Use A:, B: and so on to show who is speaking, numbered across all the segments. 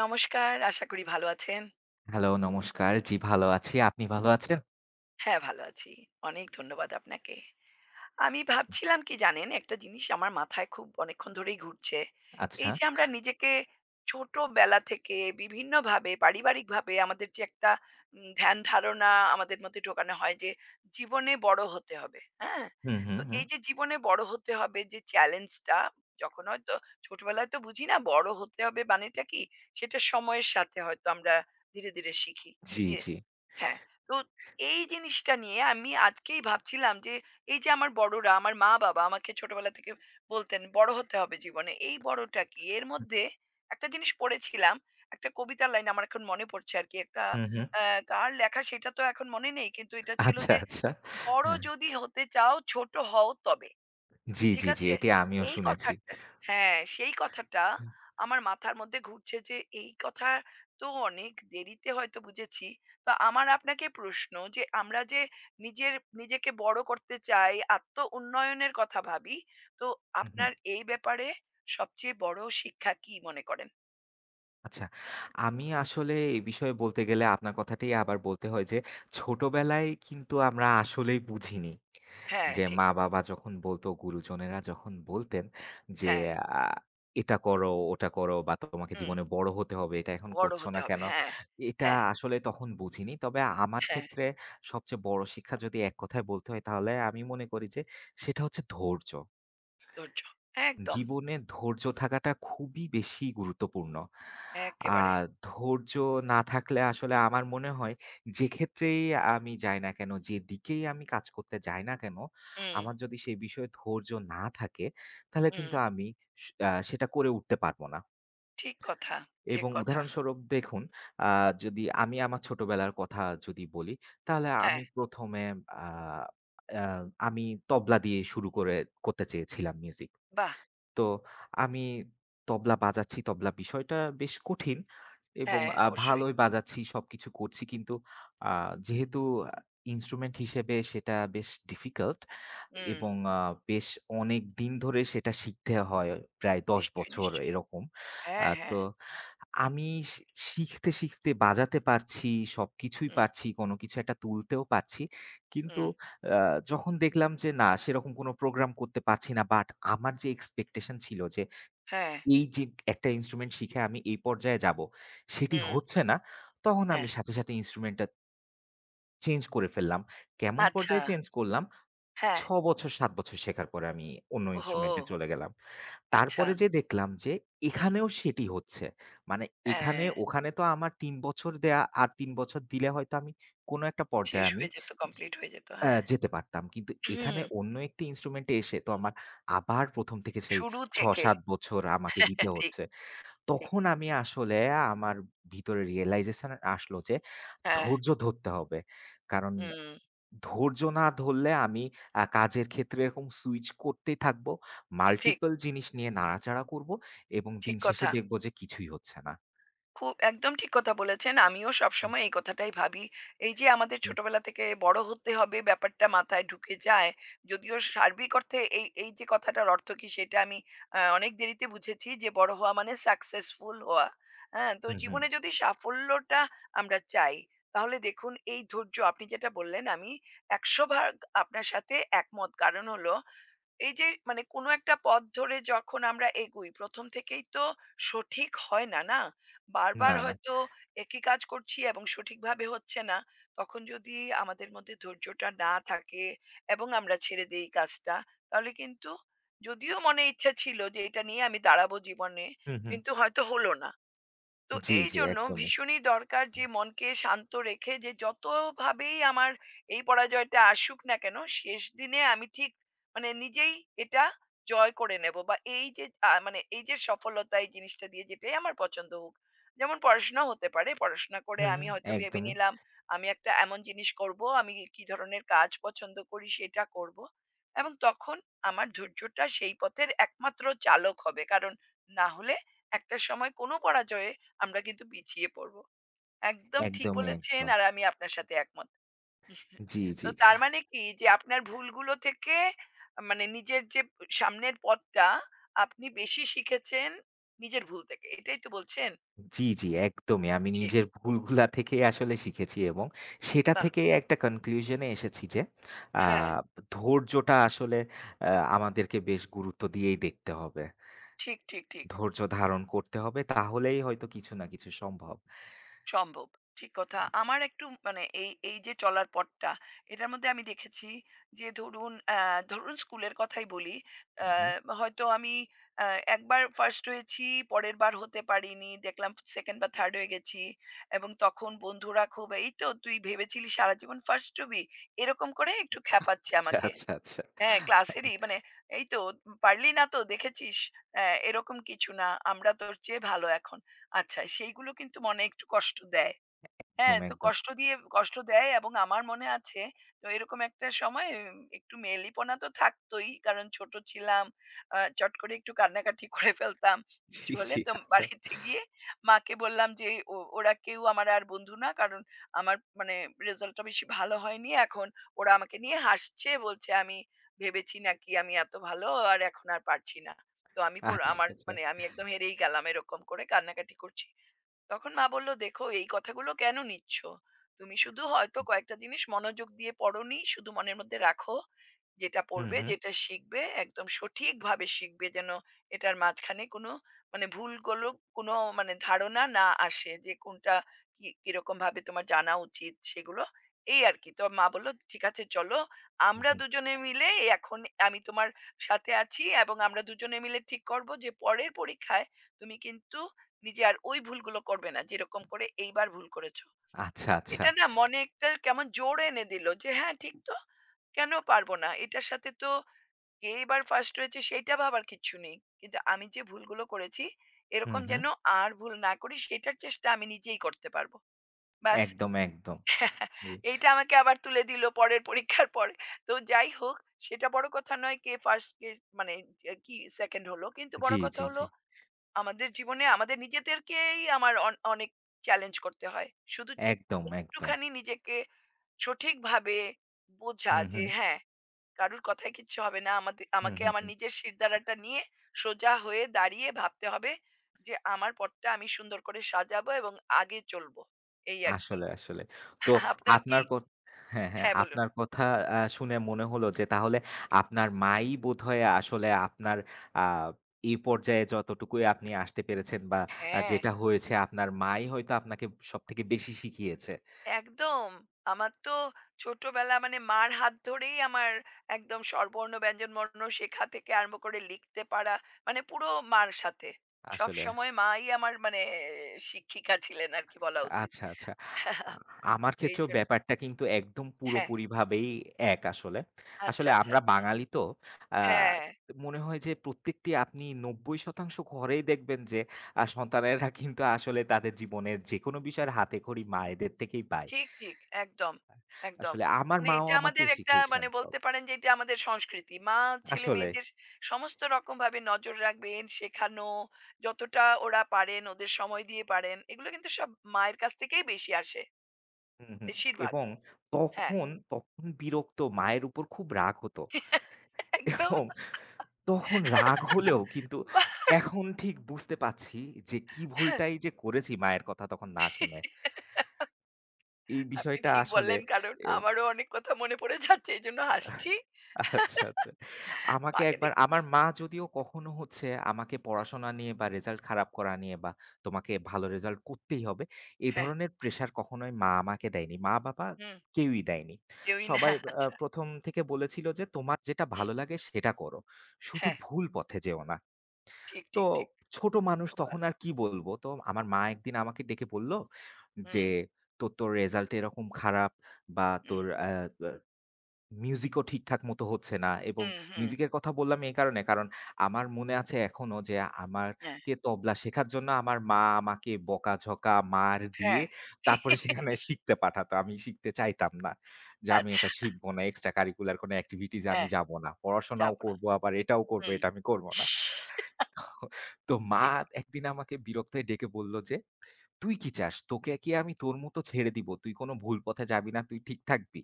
A: নমস্কার। আশা করি ভালো আছেন।
B: হ্যালো, নমস্কার। জি, ভালো আছি। আপনি ভালো আছেন?
A: হ্যাঁ, ভালো আছি। অনেক ধন্যবাদ আপনাকে। আমি ভাবছিলাম কি জানেন, একটা জিনিস আমার মাথায় খুব অনেকক্ষণ ধরেই ঘুরছে।
B: আচ্ছা।
A: এই যে আমরা নিজেকে ছোটবেলা থেকে বিভিন্নভাবে পারিবারিকভাবে আমাদের যে একটা ধ্যান ধারণা আমাদের মধ্যে ঢোকানো হয় যে জীবনে বড় হতে হবে। হ্যাঁ?
B: হুম,
A: তো
B: হুম, হুম।
A: এই যে জীবনে বড় হতে হবে যে চ্যালেঞ্জটা যখন হয়তো ছোটবেলায় তো বুঝি না বড় হতে হবে মানেটা কি? সেটা সময়ের সাথে হয়তো আমরা ধীরে, ধীরে শিখি।
B: জি,
A: যে
B: জি।
A: হ্যাঁ, তো এই জিনিসটা নিয়ে আমি আজকেই ভাবছিলাম যে, এই যে আমার বড়রা, আমার মা-বাবা আমাকে ছোটবেলা থেকে বলতেন, "বড় হতে হবে জীবনে।" এই বড়টা কি? এর মধ্যে একটা জিনিস পড়েছিলাম। একটা কবিতার লাইন আমার এখন মনে পড়ছে আরকি। একটা
B: হুম, হুম।
A: আ কার লেখা সেটা তো এখন মনে নেই। কিন্তু এটা ছিল
B: আচ্ছা,
A: যে,
B: আচ্ছা।
A: "বড়
B: হ্যাঁ।
A: যদি হতে চাও ছোট হও তবে।"
B: জি,
A: ঠিক
B: জি, জি।
A: আছে?
B: এটি আমিও
A: এই
B: শুনেছি।
A: কথাটা হ্যাঁ, সেই কথাটা
B: হুম,
A: আমার মাথার মধ্যে ঘুরছে যে এই কথা তো অনেক দেরিতে হয়তো বুঝেছি। তো আমার আপনাকে প্রশ্ন যে আমরা যে নিজের নিজেকে বড় করতে চাই, আত্ম উন্নয়নের কথা ভাবি। তো
B: হুম, হুম।
A: আপনার এই ব্যাপারে সবচেয়ে বড় শিক্ষা কি মনে করেন?
B: আচ্ছা। আমি আসলে এই বিষয়ে বলতে গেলে আপনার কথাটাই আবার বলতে হয় যে, ছোটবেলায় কিন্তু আমরা আসলেই বুঝিনি।
A: হ্যাঁ,
B: যে
A: ঠিক।
B: মা-বাবা যখন বলতো, গুরুজনেরা যখন বলতেন যে,
A: হ্যাঁ,
B: আ "এটা করো, ওটা করো বা তোমাকে
A: হুম,
B: জীবনে বড় হতে হবে, এটা এখন
A: বড়
B: করছো
A: হতে
B: না
A: হবে।
B: কেন?"
A: হ্যাঁ,
B: এটা
A: হ্যাঁ,
B: আসলে তখন বুঝিনি। তবে আমার
A: হ্যাঁ,
B: ক্ষেত্রে সবচেয়ে বড় শিক্ষা যদি এক কথায় বলতে হয়, তাহলে আমি মনে করি যে সেটা হচ্ছে ধৈর্য।
A: ধৈর্য। একদম,
B: জীবনে ধৈর্য থাকাটা খুবই বেশি গুরুত্বপূর্ণ। আ
A: একেবারে।
B: ধৈর্য না থাকলে আসলে আমার মনে হয় যে ক্ষেত্রেই আমি যাই না কেন, যেদিকেই আমি কাজ করতে যাই না কেন,
A: হুম,
B: আমার যদি সেই বিষয়ে ধৈর্য না থাকে, তাহলে
A: হুম,
B: কিন্তু আমি স আ সেটা করে উঠতে পারব না।
A: ঠিক কথা, ঠিক
B: এবং
A: কথা।
B: উদাহরণস্বরূপ দেখুন, আ যদি আমি আমার ছোটবেলার কথা যদি বলি, তাহলে আমি
A: হ্যাঁ,
B: ১ম এ আ আ আমি তবলা দিয়ে শুরু করে করতে চেয়েছিলাম মিউজিক।
A: বাহ!
B: তো আমি তবলা বাজাচ্ছি, তবলা বিষয়টা বেশ কঠিন এবং
A: হ্যাঁ, অবশ্যই।
B: ভালোই বাজাচ্ছি, সবকিছু করছি। কিন্তু আ যেহেতু আ ইন্সট্রুমেন্ট হিসেবে সেটা বেশ ডিফিকাল্ট
A: হুম,
B: এবং বেশ অনেকদিন ধরে সেটা শিখতে হয়। প্রায় ১০
A: নিশ্চয়ই,
B: বছর
A: নিশ্চয়ই।
B: এরকম।
A: হ্যাঁ,
B: তো
A: হ্যাঁ।
B: আমি শি শিখতে, শিখতে বাজাতে পারছি, সবকিছুই
A: হুম,
B: পারছি, কোনো কিছু একটা তুলতেও পারছি। কিন্তু
A: হুম,
B: আ যখন দেখলাম যে না সেরকম কোনো প্রোগ্রাম করতে পারছি না, বাট আমার যে এক্সপেকটেশন ছিল যে
A: হ্যাঁ,
B: এই যে একটা ইন্সট্রুমেন্ট শিখে আমি এই পর্যায়ে যাবো, সেটি
A: হুম,
B: হচ্ছে না। তখন
A: হ্যাঁ।
B: আমি সাথে, সাথে ইন্সট্রুমেন্টটা চেঞ্জ করে ফেললাম। কেমন
A: আচ্ছা,
B: পর্যায়ে চেঞ্জ করলাম?
A: হ্যাঁ।
B: ৬ বছর ৭ বছর শেখার পরে আমি অন্য
A: ওহো!
B: ইন্সট্রুমেন্ট এ চলে গেলাম।
A: আচ্ছা,
B: তারপরে যেয়ে দেখলাম যে
A: হুম,
B: এখানেও সেটি হচ্ছে। মানে এখানে
A: হ্যাঁ।
B: ওখানে তো আমার ৩ বছর দেয়া, আর ৩ বছর দিলে হয়তো আমি কোনো একটা
A: শেষ
B: পর্যায়ে আমি
A: হয়ে যেত, কমপ্লিট হয়ে যেত। হ্যাঁ।
B: যেতে পারতাম। কিন্তু এখানে
A: হুম,
B: অন্য একটি ইন্সট্রুমেন্টে এসে তো আমার আবার ১ম থেকে সেই
A: শুরু থেকে
B: ৬-৭ বছর আমাকে দিতে
A: ঠিক,
B: হচ্ছে।
A: ঠিক।
B: তখন আমি আসলে আমার ভিতরে রিয়ালাইজেশন আসলো যে
A: হ্যাঁ,
B: ধৈর্য ধরতে হবে। কারণ
A: হুম,
B: ধৈর্য না ধরলে আমি কাজের ক্ষেত্রে এরকম সুইচ করতেই থাকবো।
A: ঠিক,
B: মাল্টিপল জিনিস নিয়ে নাড়াচাড়া করব এবং
A: ঠিক
B: দিন শেষে
A: কথা।
B: দেখব যে কিছুই হচ্ছে না।
A: খুব একদম ঠিক কথা বলেছেন। আমিও
B: হুম,
A: সবসময় এই কথাটাই ভাবি। এই যে আমাদের
B: জি।
A: ছোটবেলা থেকে বড় হতে হবে ব্যাপারটা মাথায় ঢুকে যায়। যদিও সার্বিক অর্থে এই যে কথাটার অর্থ কি সেটা আমি অনেক দেরিতে বুঝেছি যে বড় হওয়া মানে সাকসেসফুল হওয়া। হ্যাঁ? তো
B: হুম, হুম।
A: জীবনে যদি সাফল্যটা আমরা চাই তাহলে দেখুন এই ধৈর্য আপনি যেটা বললেন আমি ১০০ ভাগ আপনার সাথে একমত। কারণ হলো এই যে মানে কোনো একটা পথ ধরে যখন আমরা এগুই, ১ম থেকেই তো সঠিক হয় না, না? বারবার
B: না, না।
A: হয়তো একই কাজ করছি এবং সঠিকভাবে হচ্ছে না। তখন যদি আমাদের মধ্যে ধৈর্যটা না থাকে এবং আমরা ছেড়ে দেই কাজটা, তাহলে কিন্তু যদিও মনে ইচ্ছা ছিল যে এটা নিয়ে আমি দাঁড়াবো জীবনে,
B: হুম, হুম।
A: কিন্তু হয়তো হলো না। তো
B: জি,
A: এই
B: জি,
A: জন্য
B: একদমই।
A: ভীষণই দরকার যে মনকে শান্ত রেখে যে যতভাবেই আমার এই পরাজয়টা আসুক না কেন শেষ দিনে আমি ঠিক মানে নিজেই এটা জয় করে নেব বা এই যে আহ, মানে এই যে সফলতা এই জিনিসটা দিয়ে যেটাই আমার পছন্দ হোক যেমন পড়াশোনা হতে পারে পড়াশোনা করে
B: হুম,
A: আমি
B: হুম।
A: হয়তো ভেবে
B: একদমই,
A: নিলাম আমি একটা এমন জিনিস করব আমি কি ধরনের কাজ পছন্দ করি সেটা করব এবং তখন আমার ধৈর্যটা সেই পথের একমাত্র চালক হবে কারণ না হলে একটা সময় কোনো পরাজয়ে আমরা কিন্তু পিছিয়ে পড়ব। একদম ঠিক
B: একদমই,
A: বলেছেন
B: একদম।
A: আর আমি আপনার সাথে একমত।
B: জি, জি।
A: তো তার মানে কি যে আপনার ভুলগুলো থেকে মানে নিজের যে সামনের পথটা আপনি বেশি শিখেছেন নিজের ভুল থেকে। এটাই তো বলছেন?
B: জি, জি, একদমই। আমি
A: ঠিক।
B: নিজের ভুলগুলা থেকেই আসলে শিখেছি এবং সেটা
A: বাহ!
B: থেকেই একটা কনক্লুশন এ এসেছি যে আ
A: হ্যাঁ,
B: ধৈর্যটা আসলে আ আমাদেরকে বেশ গুরুত্ব দিয়েই দেখতে হবে।
A: ঠিক, ঠিক, ঠিক।
B: ধৈর্য ধারণ করতে হবে। তাহলেই হয়তো কিছু না কিছু সম্ভব।
A: সম্ভব। ঠিক কথা। আমার একটু মানে এই যে চলার পথটা, এটার মধ্যে আমি দেখেছি যে ধরুন, ধরুন স্কুলের কথাই বলি।
B: হুম, হুম।
A: হয়তো আমি অ্যা একবার ফার্স্ট হয়েছি, পরের বার হতে পারিনি। দেখলাম 2nd বা 3rd হয়ে গেছি এবং তখন বন্ধুরা খুব, "এই তো তুই ভেবেছিলি সারা জীবন ফার্স্ট হবি?" এরকম করে একটু খ্যাপাচ্ছে
B: আচ্ছা,
A: আমাকে।
B: আচ্ছা, আচ্ছা।
A: হ্যাঁ, ক্লাসেরই মানে, "এই তো পারলি না তো দেখেছিস? এরকম কিছু না। আমরা তোর চেয়ে ভালো এখন।" আচ্ছা, সেইগুলো কিন্তু মনে একটু কষ্ট দেয়। হ্যাঁ,
B: একদম,
A: তো
B: একদম।
A: কষ্ট দিয়ে কষ্ট দেয় এবং আমার মনে আছে তো এরকম একটা সময় একটু মেয়েলিপনা তো থাকতই। কারণ ছোট ছিলাম। চট করে একটু কান্নাকাটি করে ফেলতাম।
B: জি,
A: কিছু হলে
B: জি।
A: তো
B: আচ্ছা,
A: বাড়িতে গিয়ে মাকে বললাম যে, "ওরা কেউ আমার আর বন্ধু না। কারণ আমার মানে রেজাল্টটা বেশি ভালো হয়নি। এখন ওরা আমাকে নিয়ে হাসছে। বলছে আমি ভেবেছি নাকি আমি এত ভালো আর এখন আর পারছি না।" তো আমি
B: আচ্ছা,
A: আমার
B: আচ্ছা।
A: মানে আমি একদম হেরেই গেলাম। এরকম করে কান্নাকাটি করছি। তখন মা বলল, "দেখো এই কথাগুলো কেন নিচ্ছ? তুমি শুধু হয়তো কয়েকটা জিনিস মনোযোগ দিয়ে পড়োনি, শুধু মনের মধ্যে রাখো। যেটা
B: হুম,
A: পড়বে,
B: হুম,
A: যেটা শিখবে একদম সঠিকভাবে শিখবে যেন এটার মাঝখানে কোনো মানে ভুলগুলো কোনো মানে ধারণা না আসে যে কোনটা কি কিরকমভাবে তোমার জানা উচিত সেগুলো।" এই আর কি। তো মা বলল, "ঠিক আছে চলো
B: হুম,
A: আমরা
B: হুম।
A: দুজনে মিলে এখন আমি তোমার সাথে আছি এবং আমরা দুজনে মিলে ঠিক করব যে পরের পরীক্ষায় তুমি কিন্তু নিজে আর ওই ভুলগুলো করবে না যেরকম করে এইবার ভুল করেছো।
B: আচ্ছা, আচ্ছা।
A: এটা না মনে একটা কেমন জোর এনে দিল যে হ্যাঁ ঠিক তো। কেন পারবো না? এটার সাথে তো কে এবার ফার্স্ট হয়েছে সেইটা ভাবার কিচ্ছু নেই। কিন্তু আমি যে ভুলগুলো করেছি
B: হুম,
A: এরকম
B: হুম।
A: যেন আর ভুল না করি সেটার চেষ্টা আমি নিজেই করতে পারবো। ব্যাস
B: একদম, একদম। জি,
A: এইটা আমাকে আবার তুলে দিল পরের পরীক্ষার পরে। তো যাই হোক সেটা বড় কথা নয় কে ফার্স্ট কে মানে যে কি সেকেন্ড হলো। কিন্তু
B: জি,
A: বড় কথা
B: জি, জি।
A: হলো আমাদের জীবনে আমাদের নিজেদেরকেই আমার অন অনেক চ্যালেঞ্জ করতে হয়। শুধু চে
B: একদম, একদম।
A: একটুখানি নিজেকে সঠিকভাবে বোঝা
B: হুম,
A: যে
B: হুম,
A: হ্যাঁ, কারুর কথায় কিচ্ছু হবে না।
B: হুম,
A: আমাকে আমার
B: হুম।
A: নিজের শিরদাঁড়াটা নিয়ে সোজা হয়ে দাঁড়িয়ে ভাবতে হবে যে আমার পথটা আমি সুন্দর করে সাজাবো এবং আগে চলবো। এই আরকি।
B: আসলে, আসলে। তো
A: আপনার কি
B: আপনার ক হ্যাঁ, হ্যাঁ,
A: হ্যাঁ, বলুন।
B: আপনার কথা শুনে মনে হলো যে তাহলে আপনার মাই বোধহয় আসলে আপনার আ এই পর্যায়ে যতটুকুই আপনি আসতে পেরেছেন বা
A: হ্যাঁ।
B: যেটা হয়েছে আপনার মাই হয়তো আপনাকে সবথেকে বেশি শিখিয়েছে।
A: একদম। আমার তো ছোটবেলা মানে মার হাত ধরেই আমার একদম স্বরবর্ণ, ব্যঞ্জনবর্ণ শেখা থেকে আরম্ভ করে লিখতে পারা, মানে পুরো মার সাথে।
B: আসলে।
A: সবসময় মাই আমার মানে শিক্ষিকা ছিলেন আরকি বলা উচিত।
B: আচ্ছা, আচ্ছা। আ আমার ক্ষেত্রেও
A: এইজন
B: ব্যাপারটা কিন্তু একদম
A: হ্যাঁ,
B: পুরোপুরিভাবেই এক আসলে।
A: আচ্ছা,
B: আসলে
A: আচ্ছা,
B: আমরা
A: আচ্ছা।
B: বাঙালি তো আ
A: হ্যাঁ।
B: মনে হয় যে প্রত্যেকটি আপনি ৯০% ঘরেই দেখবেন যে সন্তানেরা কিন্তু আসলে তাদের জীবনের যেকোনো বিষয়ের হাতেখড়ি মায়েদের থেকেই পায়।
A: ঠিক, ঠিক। একদম, একদম।
B: আসলে আমার
A: মানে
B: মাও
A: এটা
B: আমাকে
A: আমাদের একটা
B: শিখিয়েছেন
A: মানে
B: তো।
A: বলতে পারেন যে এটা আমাদের সংস্কৃতি। মা
B: আসলে
A: ছেলে-মেয়েদের সমস্ত রকমভাবে নজর রাখবেন, শেখানো, যতটা ওরা পারেন, ওদের সময় দিয়ে পারেন। এগুলো কিন্তু সব মায়ের কাছ থেকেই বেশি আসে,
B: হুম, হুম।
A: বেশিরভাগ।
B: এবং
A: হ্যাঁ,
B: তখন, তখন বিরক্ত মায়ের উপর খুব রাগ হতো।
A: একদম।
B: এবং তখন রাগ হলেও কিন্তু
A: বাহ!
B: এখন ঠিক বুঝতে পারছি যে কি ভুলটাই যে করেছি মায়ের কথা তখন না শুনে। এই
A: আপনি
B: বিষয়টা
A: ঠিক
B: আসলে
A: বললেন কারণ
B: এও
A: আমারও অনেক কথা মনে পড়ে যাচ্ছে। এজন্য হাসছি।
B: আচ্ছা, আচ্ছা। আমাকে
A: মাকে
B: একবার
A: দেখ
B: আমার মা যদিও কখনো হচ্ছে আমাকে পড়াশোনা নিয়ে বা রেজাল্ট খারাপ করা নিয়ে বা তোমাকে ভালো রেজাল্ট করতেই হবে, এ
A: হ্যাঁ,
B: ধরনের প্রেশার কখনোই মা আমাকে দেয়নি। মা-বাবা
A: হুম,
B: কেউই দেয়নি।
A: কেউই না।
B: সবাই
A: আচ্ছা,
B: ১ম থেকে বলেছিল যে, "তোমার যেটা
A: হুম,
B: ভালো লাগে সেটা করো। শুধু
A: হ্যাঁ,
B: ভুল পথে যেও না।"
A: ঠিক,
B: তো
A: ঠিক, ঠিক।
B: ছোট মানুষ
A: খুব
B: তখন
A: ভালো।
B: আর কি বলবো? তো আমার মা একদিন আমাকে ডেকে বলল যে,
A: হুম,
B: "তোর তো রেজাল্ট এরকম খারাপ বা
A: হুম,
B: তোর আ আ মিউজিকও ঠিকঠাক মতো হচ্ছে না" এবং
A: হুম, হুম।
B: মিউজিকের কথা বললাম এই কারণে, কারণ আমার মনে আছে এখনো যে
A: হ্যাঁ,
B: আমারকে তবলা শেখার জন্য আমার মা আমাকে বকাঝকা, মার দিয়ে
A: হ্যাঁ।
B: তারপরে সেখানে শিখতে পাঠাতো। আমি শিখতে চাইতাম না। যে আমি
A: আচ্ছা,
B: এটা শিখব না, এক্সট্রা কারিকুলার কোনো অ্যাক্টিভিটিস এ আমি
A: হ্যাঁ,
B: যাব না। পড়াশোনাও
A: যাব না।
B: করব আবার এটাও করব,
A: হুম।
B: এটা আমি করব না। তো মা
A: ঠিক।
B: একদিন আমাকে বিরক্ত হয়ে ডেকে বলল যে, "তুই কি চাস? তোকে কি আমি তোর মতো ছেড়ে দিব? তুই কোনো ভুল পথে যাবি না, তুই ঠিক থাকবি?"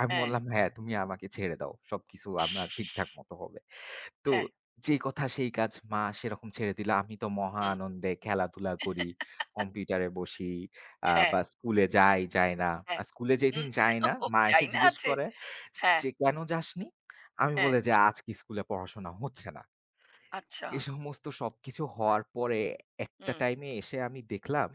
B: আমি
A: হ্যাঁ,
B: বললাম, "হ্যাঁ, তুমি আমাকে ছেড়ে দাও। সবকিছু আমার ঠিকঠাক মতো হবে।" তো
A: হ্যাঁ,
B: যেই কথা সেই কাজ। মা সেরকম ছেড়ে দিল। আমি তো মহা
A: হুম,
B: আনন্দে খেলাধুলা করি, কম্পিউটারে বসি
A: হ্যাঁ,
B: বা স্কুলে যাই, যাই না।
A: হ্যাঁ।
B: আর স্কুলে যেদিন
A: হুম,
B: যাই না,
A: ও
B: মা এসে
A: চাইনা
B: জিজ্ঞেস
A: আছে।
B: করে
A: হ্যাঁ,
B: যে, "কেন যাসনি?" আমি
A: হ্যাঁ।
B: বলি যে, "আজকে স্কুলে পড়াশোনা হচ্ছে না।"
A: আচ্ছা।
B: এ সমস্ত সবকিছু হওয়ার পরে একটা
A: হুম,
B: টাইমে এসে আমি দেখলাম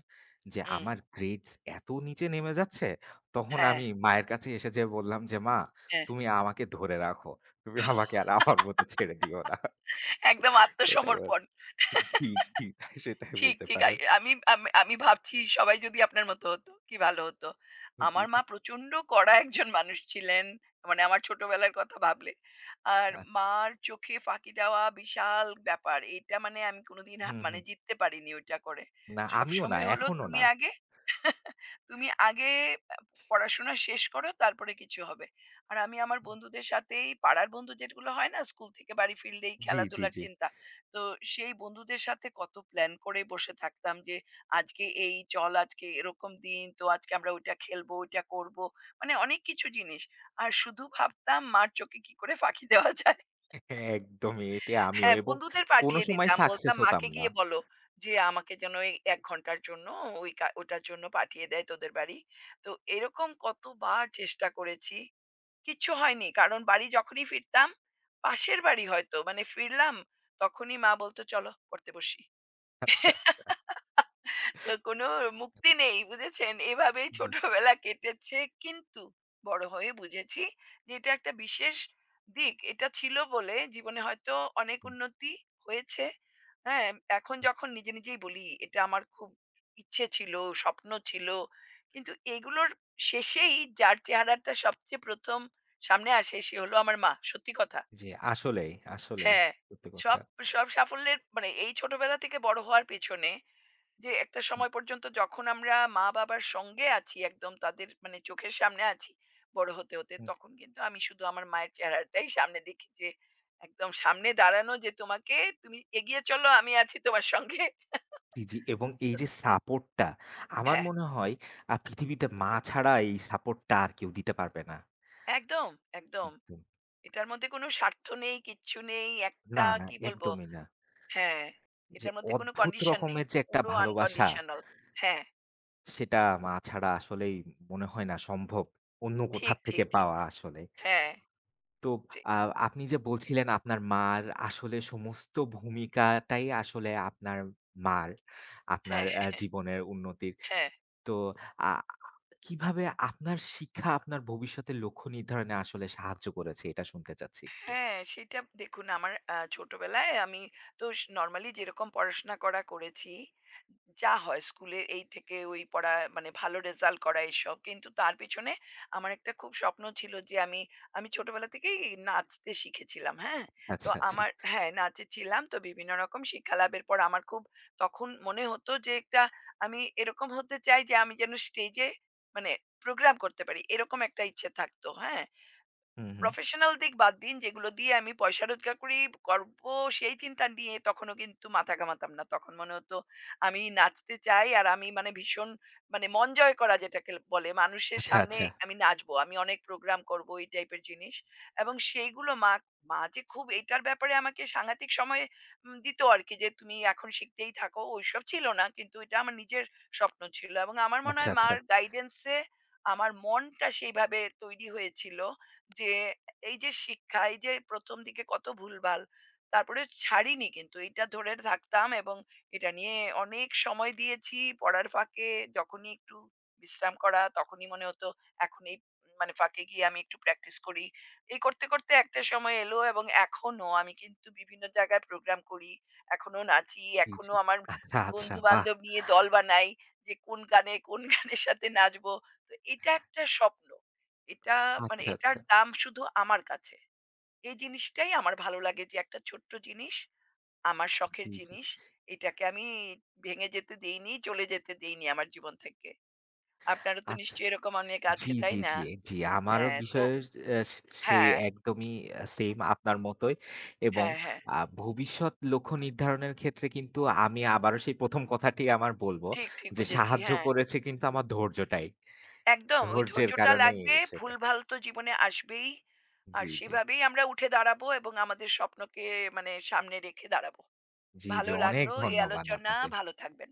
B: যে
A: হুম।
B: আমার গ্রেডস এত নিচে নেমে যাচ্ছে, তখন
A: হ্যাঁ,
B: আমি মায়ের কাছে এসে যেয়ে বললাম যে, "মা,
A: হ্যাঁ।
B: তুমি আমাকে ধরে রাখো। তুমি আমাকে আর আমার মতো ছেড়ে দিও না।"
A: একদম
B: এটাই
A: আত্মসমর্পণ।
B: হচ্ছে জি, জি, সেটাই
A: ঠিক,
B: বলতে
A: ঠিক। আই
B: পারেন।
A: আমি আমি আমি ভাবছি সবাই যদি আপনার মতো হতো, কি ভালো হতো।
B: জি।
A: আমার মা প্রচন্ড কড়া একজন মানুষ ছিলেন। মানে আমার ছোটবেলার কথা ভাবলে। আর
B: আচ্ছা।
A: মার চোখে ফাঁকি দেওয়া বিশাল ব্যাপার। এটা মানে আমি কোনদিন
B: হুম,
A: মানে
B: হুম।
A: জিততে পারিনি ওইটা করে।
B: না, আমিও না,
A: সবসময় হলো,
B: এখনো
A: "তুমি
B: না।
A: আগে" তুমি আগে আ পড়াশোনা শেষ করো তারপরে কিছু হবে। আর আমি আমার বন্ধুদের সাথেই পাড়ার বন্ধু যেগুলো হয় না স্কুল থেকে বাড়ি ফিরলেই
B: জি, জি,
A: খেলাধুলার
B: জি।
A: চিন্তা। তো সেই বন্ধুদের সাথে কত প্ল্যান করে বসে থাকতাম যে আজকে এই চল আজকে এরকম দিন তো আজকে আমরা ওইটা খেলবো, ওইটা করব। মানে অনেক কিছু জিনিস। আর শুধু ভাবতাম মার চোখে কি করে ফাঁকি দেওয়া যায়।
B: একদমই। এটা আমিও
A: হ্যাঁ,
B: এবং
A: বন্ধুদের
B: কোনো
A: পাঠিয়ে
B: সময়
A: দিতাম।
B: সাকসেস
A: বলতাম
B: হতাম
A: মাকে
B: না।
A: গিয়ে বলো যে, "আমাকে যেন এই ১ ঘন্টার জন্য ওই ওটার জন্য পাঠিয়ে দেয় তোদের বাড়ি।" তো এরকম কতবার চেষ্টা করেছি। কিচ্ছু হয়নি। কারণ বাড়ি যখনই ফিরতাম, পাশের বাড়ি হয়তো মানে ফিরলাম, তখনই মা বলত, "চলো পড়তে বসি।"
B: আচ্ছা, আচ্ছা।
A: তো কোনো মুক্তি নেই বুঝেছেন? এভাবেই
B: জি।
A: ছোটবেলা কেটেছে। কিন্তু বড় হয়ে বুঝেছি যে এটা একটা বিশেষ দিক। এটা ছিল বলে জীবনে হয়তো অনেক উন্নতি হয়েছে। হ্যাঁ? এখন যখন নিজে নিজেই বলি এটা আমার খুব ইচ্ছে ছিল, স্বপ্ন ছিল। কিন্তু এগুলোর শেষেই যার চেহারাটা সবচেয়ে ১ম সামনে আসে সে হলো আমার মা। সত্যি কথা।
B: জি, আসলেই, আসলেই
A: হ্যাঁ।
B: সত্যি কথা।
A: সব সব সাফল্যের মানে এই ছোটবেলা থেকে বড় হওয়ার পেছনে যে একটা
B: হুম,
A: সময় পর্যন্ত যখন আমরা মা-বাবার সঙ্গে আছি একদম তাদের মানে চোখের সামনে আছি বড় হতে, হতে
B: হুম।
A: তখন কিন্তু আমি শুধু আমার মায়ের চেহারাটাই সামনে দেখি যে একদম সামনে দাঁড়ানো যে তোমাকে তুমি এগিয়ে চলো আমি আছি তোমার সঙ্গে।
B: জি, জি এবং এই যে
A: সত্যি।
B: সাপোর্টটা আমার
A: হ্যাঁ,
B: মনে হয় পৃথিবীতে মা ছাড়া এই সাপোর্টটা আর কেউ দিতে পারবে না।
A: একদম, একদম।
B: একদম।
A: এটার মধ্যে কোনো স্বার্থ নেই, কিচ্ছু নেই।
B: না,
A: একটা
B: না
A: কি বলবো
B: একদমই না।
A: হ্যাঁ,
B: যে
A: এটার মধ্যে কোনো
B: অদ্ভুত
A: কন্ডিশন নেই।
B: রকমের যে একটা
A: পুরো
B: ভালোবাসা
A: আনকন্ডিশনাল। হ্যাঁ,
B: সেটা মা ছাড়া আসলেই মনে হয় না সম্ভব। অন্য কোথা
A: ঠিক,
B: থেকে
A: ঠিক, ঠিক।
B: পাওয়া আসলে।
A: হ্যাঁ,
B: তো
A: ঠিক।
B: আ আপনি যে বলছিলেন আপনার মার আসলে সমস্ত ভূমিকাটাই আসলে আপনার মার, আপনার
A: হ্যাঁ, হ্যাঁ, হ্যাঁ,
B: জীবনের উন্নতির
A: হ্যাঁ।
B: তো আ কিভাবে আপনার শিক্ষা আপনার ভবিষ্যতের লক্ষ্য নির্ধারণে আসলে সাহায্য করেছে? এটা শুনতে চাচ্ছি একটু।
A: হ্যাঁ, সেটা দেখুন আমার ছোটবেলায় আমি তো নরমালি যেরকম পড়াশোনা করা করেছি, যা হয় স্কুলের এই থেকে ওই পড়া মানে ভালো রেজাল্ট করা এসব। কিন্তু তার পেছনে আমার একটা খুব স্বপ্ন ছিল যে আমি, আমি ছোটবেলা থেকেই নাচতে শিখেছিলাম, হ্যাঁ? তো
B: আচ্ছা, আচ্ছা।
A: আমার হ্যাঁ, নাচে ছিলাম। তো বিভিন্ন রকম শিক্ষা লাভের পর আমার খুব তখন মনে হতো যে একটা আমি এরকম হতে চাই যে আমি যেন স্টেজে মানে প্রোগ্রাম করতে পারি। এরকম একটা ইচ্ছে থাকতো, হ্যাঁ?
B: হুম, হুম।
A: প্রফেশনাল দিক বাদ দিন যেগুলো দিয়ে আমি পয়সা রোজগার করবো সেই চিন্তা নিয়ে তখনও কিন্তু মাথা ঘামাতাম না তখন মনে হতো আমি নাচতে চাই আর আমি মানে ভীষণ মানে মন জয় করা যেটাকে বলে মানুষের
B: আচ্ছা,
A: সামনে
B: আচ্ছা।
A: আমি নাচবো আমি অনেক প্রোগ্রাম করব এই টাইপের জিনিস এবং সেইগুলো মা মা যে খুব এইটার ব্যাপারে আমাকে সাংঘাতিক সময় দিত আর কি যে তুমি এখন শিখতেই থাকো ওইসব ছিল না কিন্তু এটা আমার নিজের স্বপ্ন ছিল এবং আমার মনে
B: আচ্ছা,
A: হয়
B: আচ্ছা।
A: মার গাইডেন্সে আমার মনটা সেইভাবে তৈরি হয়েছিল যে এই যে শিক্ষা, এই যে ১ম দিকে কত ভুলভাল। তারপরে ছাড়িনি কিন্তু এটা ধরে থাকতাম এবং এটা নিয়ে অনেক সময় দিয়েছি। পড়ার ফাঁকে যখনই একটু বিশ্রাম করা তখনই মনে হতো এখন এই মানে ফাঁকে গিয়ে আমি একটু প্র্যাকটিস করি। এই করতে, করতে একটা সময় এলো এবং এখনো আমি কিন্তু বিভিন্ন জায়গায় প্রোগ্রাম করি। এখনো নাচি,
B: জি,
A: এখনো
B: জি।
A: আমার
B: আচ্ছা, আচ্ছা। বাহ!
A: বন্ধু-বান্ধব নিয়ে দল বানাই যে কোন গানে, কোন গানের সাথে নাচবো। তো এটা একটা স্বপ্ন। এটা মানে
B: আচ্ছা,
A: এটার
B: আচ্ছা।
A: দাম শুধু আমার কাছে। এই জিনিসটাই আমার ভালো লাগে যে একটা ছোট্ট জিনিস, আমার শখের
B: জি, জি।
A: জিনিস। এটাকে আমি ভেঙে যেতে দেইনি, চলে যেতে দেইনি আমার জীবন থেকে। আপনারও তো
B: আচ্ছা।
A: নিশ্চয়ই এরকম অনেক
B: জি,
A: আছে, তাই
B: জি,
A: না?
B: জি, জি। আমারও
A: হ্যাঁ, তো
B: বিষয়ে অ্যা সেই
A: হ্যাঁ,
B: একদমই সেইম আপনার মতোই এবং
A: হ্যাঁ, হ্যাঁ।
B: ভবিষ্যৎ লক্ষ্য নির্ধারণের ক্ষেত্রে কিন্তু আমি আবারও সেই ১ম কথাটি আমার বলব
A: ঠিক, ঠিক
B: যে
A: বুঝেছি।
B: সাহায্য
A: হ্যাঁ,
B: করেছে কিন্তু আমার ধৈর্যটাই।
A: একদম ওই
B: ধৈর্যের
A: ধৈর্যটা
B: কারণেই
A: লাগবে।
B: সেটা
A: ভুলভাল তো জীবনে আসবেই। আর
B: জি, জি।
A: সেভাবেই আমরা উঠে দাঁড়াবো এবং আমাদের স্বপ্নকে মানে সামনে রেখে দাঁড়াবো।
B: জি, জি।
A: ভালো
B: অনেক
A: লাগলো এই
B: ধন্যবাদ
A: আলোচনা।
B: আপনাকে। জি।
A: ভালো থাকবেন।